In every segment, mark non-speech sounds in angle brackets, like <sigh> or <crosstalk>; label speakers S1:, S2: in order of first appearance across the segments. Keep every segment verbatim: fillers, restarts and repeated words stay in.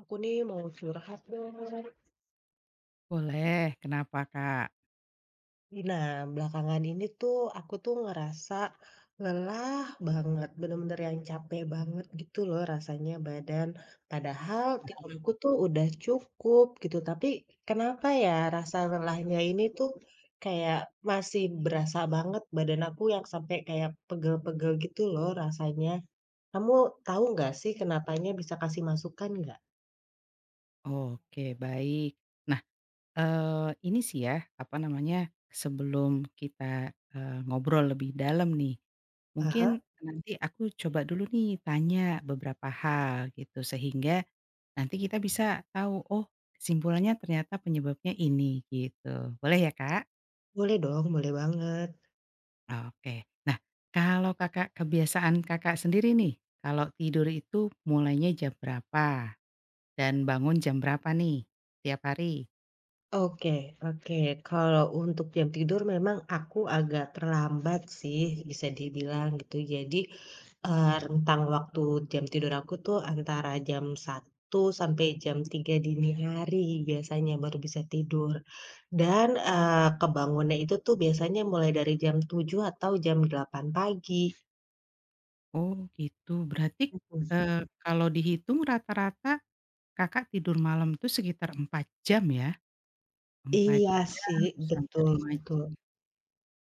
S1: Aku nih mau curhat dong.
S2: Boleh, kenapa Kak?
S1: Nah, belakangan ini tuh aku tuh ngerasa lelah banget, bener-bener yang capek banget gitu loh rasanya badan. Padahal tidur aku tuh udah cukup gitu, tapi kenapa ya rasa lelahnya ini tuh kayak masih berasa banget badan aku yang sampai kayak pegel-pegel gitu loh rasanya. Kamu tahu nggak sih kenapanya bisa kasih masukan nggak?
S2: Oke, baik. Nah, eee, ini sih ya, apa namanya, sebelum kita, eee, ngobrol lebih dalam nih,
S1: Aha,
S2: mungkin nanti aku coba dulu nih tanya beberapa hal gitu, sehingga nanti kita bisa tahu, oh kesimpulannya ternyata penyebabnya ini, gitu. Boleh ya Kak?
S1: boleh dong, boleh banget.
S2: Oke. Nah, kalau Kakak kebiasaan Kakak sendiri nih, kalau tidur itu mulainya jam berapa? Dan bangun jam berapa nih tiap hari?
S1: Oke oke. Kalau untuk jam tidur memang aku agak terlambat sih bisa dibilang gitu. Jadi, eee, rentang waktu jam tidur aku tuh antara jam satu sampai jam tiga dini hari biasanya baru bisa tidur. Dan, eee, kebangunnya itu tuh biasanya mulai dari jam tujuh atau jam delapan pagi.
S2: Oh gitu, berarti,
S1: Mhm.
S2: eee, kalau dihitung rata-rata Kakak tidur malam tuh sekitar empat jam ya? Empat
S1: Iya
S2: jam
S1: sih,
S2: sampai
S1: betul
S2: lima
S1: betul.
S2: jam.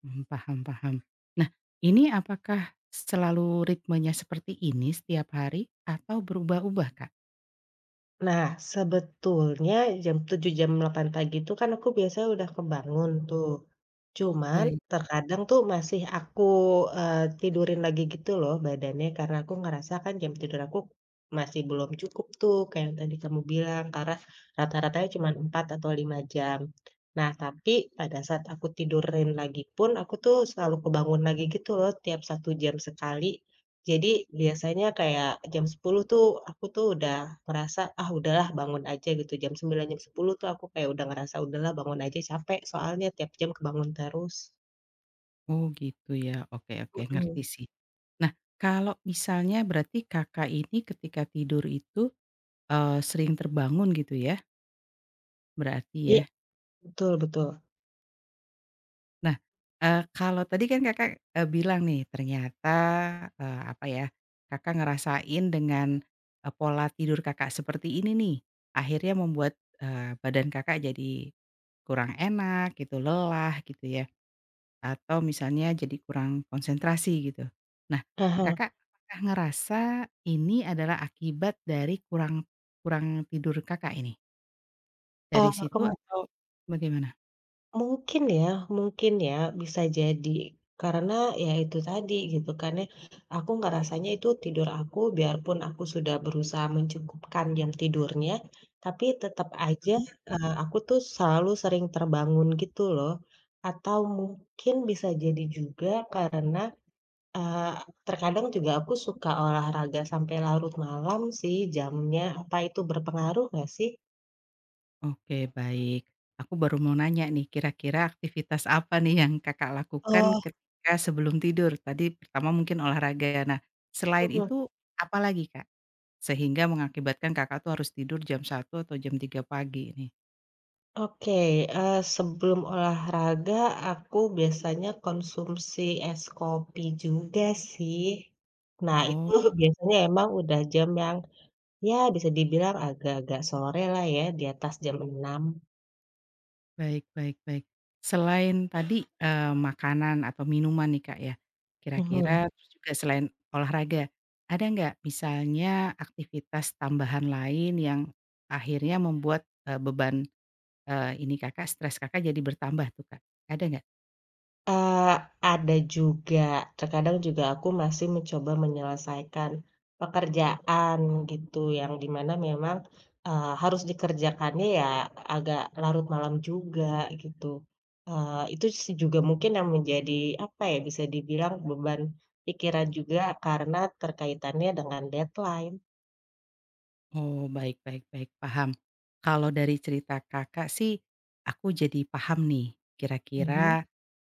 S2: Mmm, paham paham. Nah, ini apakah selalu ritmenya seperti ini setiap hari atau berubah-ubah, Kak?
S1: Nah, sebetulnya jam tujuh jam delapan pagi itu kan aku biasanya udah kebangun tuh. Cuman
S2: Baik.
S1: terkadang tuh masih aku, eee, tidurin lagi gitu loh badannya karena aku ngerasa kan jam tidur aku masih belum cukup tuh kayak yang tadi kamu bilang karena rata-ratanya cuma empat atau lima jam. Nah, tapi pada saat aku tidurin lagi pun aku tuh selalu kebangun lagi gitu loh tiap satu jam sekali. Jadi biasanya kayak jam sepuluh tuh aku tuh udah merasa, "Ah udahlah bangun aja," gitu. Jam sembilan jam sepuluh tuh aku kayak udah ngerasa, "Udahlah bangun aja capek soalnya tiap jam kebangun terus."
S2: Oh gitu ya, oke oke, ngerti
S1: Mhm.
S2: sih. Nah, kalau misalnya berarti Kakak ini ketika tidur itu, eee, sering terbangun gitu ya, berarti ya?
S1: Iya, betul betul.
S2: Nah, eee, kalau tadi kan Kakak, eee, bilang nih ternyata, eee, apa ya, Kakak ngerasain dengan, eee, pola tidur Kakak seperti ini nih, akhirnya membuat, eee, badan Kakak jadi kurang enak gitu, lelah gitu ya, atau misalnya jadi kurang konsentrasi gitu. Nah,
S1: Ah hah.
S2: Kakak apakah ngerasa ini adalah akibat dari kurang kurang tidur Kakak ini? Dari
S1: Eee,
S2: situ
S1: kem
S2: atau bagaimana?
S1: Mungkin ya, mungkin ya, bisa jadi. Karena ya itu tadi gitu kan ya, aku ngerasanya itu tidur aku biarpun aku sudah berusaha mencukupkan jam tidurnya, tapi tetap aja,
S2: Mhm.
S1: eee, aku tuh selalu sering terbangun gitu loh. Atau mungkin bisa jadi juga karena, eee, terkadang juga aku suka olahraga sampai larut malam sih jamnya. Apa itu berpengaruh nggak sih?
S2: Oke, baik. Aku baru mau nanya nih, kira-kira aktivitas apa nih yang Kakak lakukan
S1: Oh,
S2: ketika sebelum tidur? Tadi pertama mungkin olahraga. Nah, selain
S1: mhm.
S2: itu apa lagi, Kak? Sehingga mengakibatkan Kakak tuh harus tidur jam satu atau jam tiga pagi nih.
S1: Oke, eee, sebelum olahraga aku biasanya konsumsi es kopi juga sih. Nah itu
S2: Oh,
S1: <laughs> biasanya emang udah jam yang, ya bisa dibilang agak-agak sore lah ya, di atas jam enam.
S2: baik baik baik. Selain tadi, eee, makanan atau minuman nih, Kak, ya,
S1: Mhm.
S2: kira-kira terus juga selain olahraga, ada nggak misalnya aktivitas tambahan lain yang akhirnya membuat, eee, beban Eee, ini Kakak, stres Kakak jadi bertambah tuh, Kak, ada nggak?
S1: Eee, ada juga. Terkadang juga aku masih mencoba menyelesaikan pekerjaan gitu, yang di mana memang, eee, harus dikerjakannya ya agak larut malam juga gitu. Eee, itu sih juga mungkin yang menjadi, apa ya, bisa dibilang beban pikiran juga karena terkaitannya dengan deadline.
S2: Oh, baik baik baik, paham. Kalau dari cerita Kakak sih, aku jadi paham nih,
S1: Mhm.
S2: kira-kira,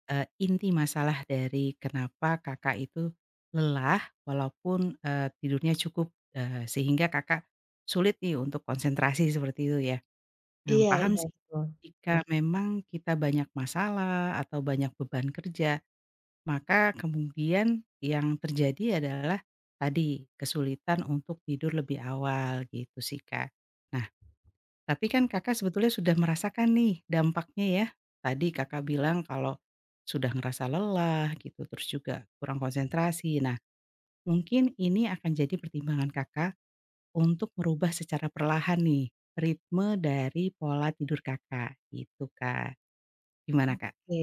S2: eee, inti masalah dari kenapa Kakak itu lelah walaupun, eee, tidurnya cukup, eee, sehingga Kakak sulit nih untuk konsentrasi seperti itu ya. Mmm,
S1: Iya
S2: paham
S1: iya,
S2: sih,
S1: betul.
S2: jika memang kita banyak masalah atau banyak beban kerja. Maka kemudian yang terjadi adalah tadi, kesulitan untuk tidur lebih awal gitu sih, Kak. Nah, tapi kan Kakak sebetulnya sudah merasakan nih dampaknya ya. Tadi Kakak bilang kalau sudah ngerasa lelah gitu, terus juga kurang konsentrasi. Nah, mungkin ini akan jadi pertimbangan Kakak untuk merubah secara perlahan nih ritme dari pola tidur Kakak, gitu, Kak. Gimana, Kak?
S1: Oke.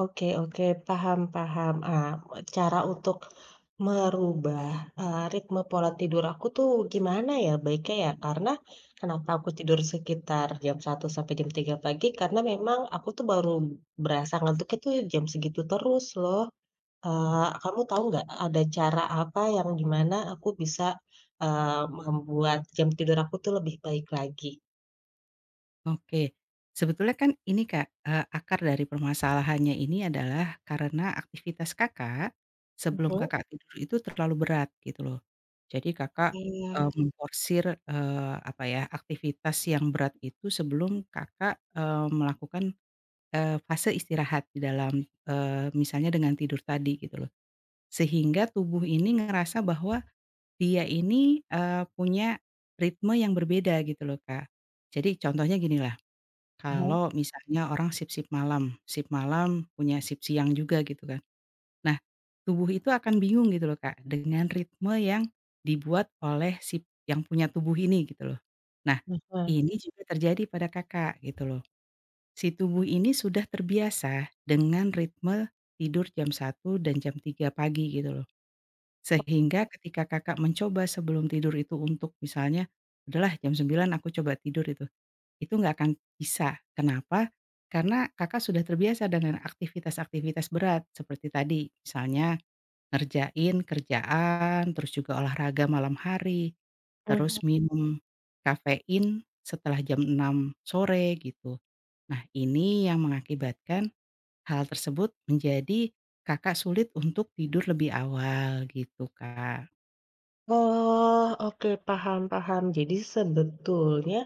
S1: Oke oke, paham paham. Ah, cara untuk merubah, eee, ritme pola tidur aku tuh gimana ya baiknya ya? Karena kenapa aku tidur sekitar jam satu sampai jam tiga pagi, karena memang aku tuh baru berasa ngantuknya tuh jam segitu terus loh. Eee, kamu tahu nggak ada cara apa yang gimana aku bisa, eee, membuat jam tidur aku tuh lebih baik lagi?
S2: Oke. Sebetulnya kan ini Kak, eee, akar dari permasalahannya ini adalah karena aktivitas Kakak, sebelum Mhm.
S1: Mhm.
S2: Kakak tidur itu terlalu berat gitu loh. Jadi Kakak,
S1: Iya.
S2: eee, memforsir, eee, apa ya, aktivitas yang berat itu sebelum Kakak, eee, melakukan, eee, fase istirahat di dalam, eee, misalnya dengan tidur tadi gitu loh. Sehingga tubuh ini ngerasa bahwa dia ini, eee, punya ritme yang berbeda gitu loh Kak. Jadi contohnya gini,
S1: Heeh,
S2: kalau misalnya orang sip sip malam, sip malam punya sip siang juga gitu kan. Nah, tubuh itu akan bingung gitu loh Kak, dengan ritme yang dibuat oleh si yang punya tubuh ini gitu loh. Nah, ini juga terjadi pada Kakak gitu loh. Si tubuh ini sudah terbiasa dengan ritme tidur jam satu dan jam tiga pagi gitu loh. Sehingga ketika Kakak mencoba sebelum tidur itu untuk misalnya, "Udahlah jam sembilan aku coba tidur itu." Itu nggak akan bisa. Kenapa? Karena Kakak sudah terbiasa dengan aktivitas-aktivitas berat seperti tadi, misalnya ngerjain kerjaan, terus juga olahraga malam hari,
S1: mhm.
S2: terus minum kafein setelah jam enam sore gitu. Nah, ini yang mengakibatkan hal tersebut menjadi Kakak sulit untuk tidur lebih awal gitu, Kak.
S1: Oh, oke, paham paham. Jadi sebetulnya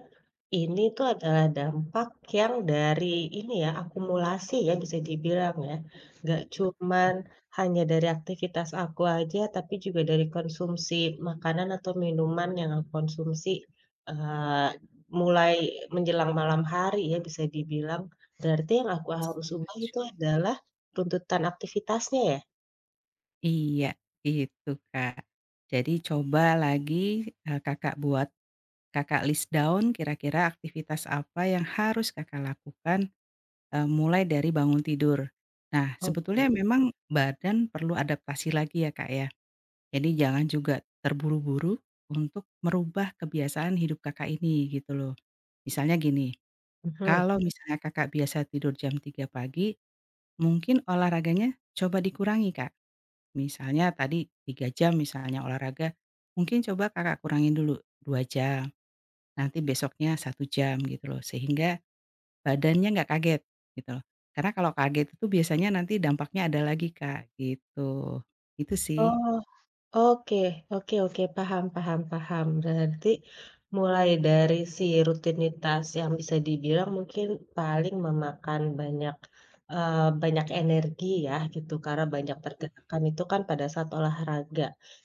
S1: ini tuh adalah dampak yang dari ini ya, akumulasi ya bisa dibilang ya. Nggak cuman hanya dari aktivitas aku aja, tapi juga dari konsumsi makanan atau minuman yang aku konsumsi, eee, mulai menjelang malam hari ya bisa dibilang. Berarti yang aku harus ubah itu
S2: Setuju.
S1: adalah tuntutan aktivitasnya ya?
S2: Iya, itu, Kak. Jadi coba lagi, eee, Kakak buat Kakak list down kira-kira aktivitas apa yang harus Kakak lakukan, eee, mulai dari bangun tidur. Nah, sebetulnya
S1: Oke,
S2: memang badan perlu adaptasi lagi ya, Kak, ya. Jadi jangan juga terburu-buru untuk merubah kebiasaan hidup Kakak ini, gitu loh. Misalnya gini,
S1: mhm.
S2: kalau misalnya Kakak biasa tidur jam tiga pagi, mungkin olahraganya coba dikurangi, Kak. Misalnya tadi tiga jam misalnya olahraga, mungkin coba Kakak kurangin dulu dua jam. Nanti besoknya satu jam gitu loh, sehingga badannya nggak kaget gitu loh. Karena kalau kaget itu biasanya nanti dampaknya ada lagi Kak, gitu. Itu sih.
S1: Oh. Oke oke oke, paham paham paham. Berarti mulai dari si rutinitas yang bisa dibilang mungkin paling memakan banyak, eee, banyak energi ya gitu, karena banyak pergerakan itu kan pada saat olahraga.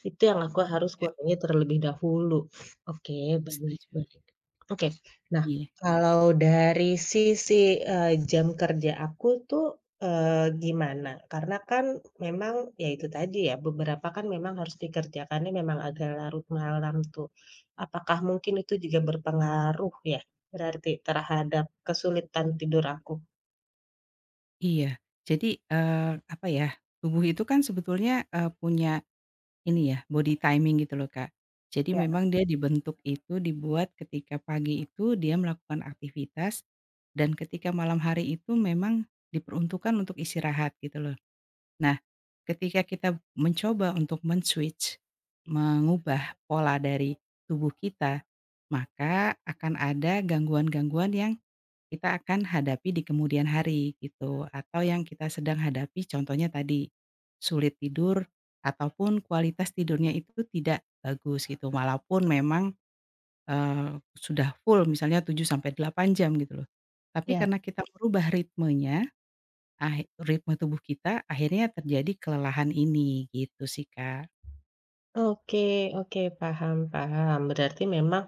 S1: Itu yang aku harus kurangi terlebih dahulu. Oke, baik
S2: Setuju.
S1: baik. Oke, nah
S2: Iya
S1: kalau dari sisi, eee, jam kerja aku tuh. Eee, gimana, karena kan memang ya itu tadi ya, beberapa kan memang harus dikerjakannya memang agak larut malam tuh. Apakah mungkin itu juga berpengaruh ya, berarti terhadap kesulitan tidur aku?
S2: iya. Jadi, eee, apa ya, tubuh itu kan sebetulnya, eee, punya ini ya, body timing gitu loh Kak. Jadi
S1: Ya.
S2: memang dia dibentuk itu dibuat ketika pagi itu dia melakukan aktivitas dan ketika malam hari itu memang diperuntukkan untuk istirahat gitu loh. Nah, ketika kita mencoba untuk men-switch, mengubah pola dari tubuh kita, maka akan ada gangguan-gangguan yang kita akan hadapi di kemudian hari gitu, atau yang kita sedang hadapi contohnya tadi, sulit tidur ataupun kualitas tidurnya itu tidak bagus gitu, walaupun memang, eee, sudah full misalnya tujuh sampai delapan jam gitu loh. Tapi
S1: Ya.
S2: karena kita merubah ritmenya Ah, ritme tubuh kita akhirnya terjadi kelelahan ini gitu sih, Kak.
S1: Oke oke, paham paham. Berarti memang,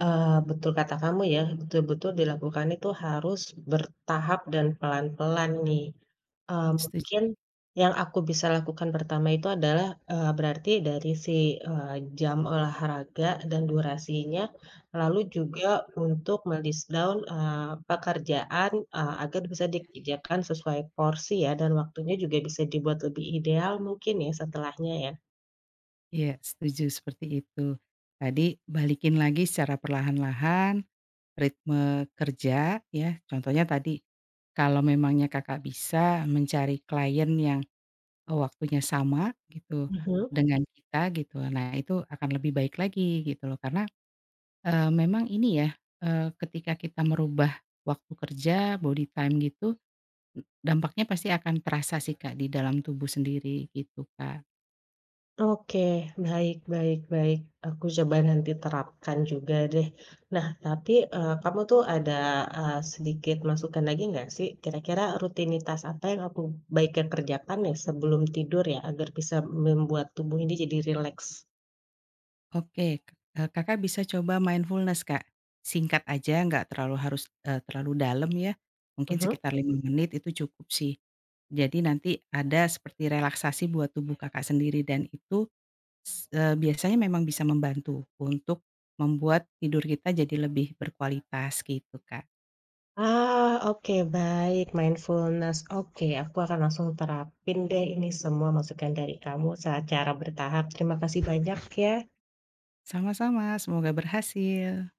S1: eee, betul kata kamu ya, betul-betul dilakukan itu harus bertahap dan pelan-pelan nih. Eee,
S2: Setuju,
S1: mungkin yang aku bisa lakukan pertama itu adalah, eee, berarti dari si, eee, jam olahraga dan durasinya, lalu juga untuk me down, eee, pekerjaan, eee, agar bisa
S2: iya.
S1: dikerjakan sesuai porsi ya dan waktunya juga bisa dibuat lebih ideal mungkin ya setelahnya ya?
S2: Iya, setuju seperti itu. Tadi balikin lagi secara perlahan-lahan ritme kerja ya, contohnya tadi kalau memangnya Kakak bisa mencari klien yang, oh, waktunya sama gitu
S1: Mhm.
S2: dengan kita gitu, nah itu akan lebih baik lagi gitu loh karena, eee, memang ini ya, eee, ketika kita merubah waktu kerja, body time gitu. Dampaknya pasti akan terasa sih Kak, di dalam tubuh sendiri gitu Kak.
S1: Oke, baik baik baik, aku coba nanti terapkan juga deh. Nah, tapi, eee, kamu tuh ada, eee, sedikit masukan lagi nggak sih, kira-kira rutinitas apa yang aku baiknya kerjakan ya sebelum tidur ya, agar bisa membuat tubuh ini jadi rileks?
S2: Oke, k eee, Kakak bisa coba mindfulness Kak. Singkat aja nggak terlalu harus, eee, terlalu dalam ya, mungkin
S1: Mhm.
S2: sekitar lima menit itu cukup sih. Jadi nanti ada seperti relaksasi buat tubuh Kakak sendiri dan itu s eee, biasanya memang bisa membantu untuk membuat tidur kita jadi lebih berkualitas gitu Kak.
S1: Ah, oke baik, mindfulness. Oke, aku akan langsung terapin deh ini semua masukan dari kamu secara bertahap. Terima kasih banyak ya.
S2: Sama-sama, semoga berhasil.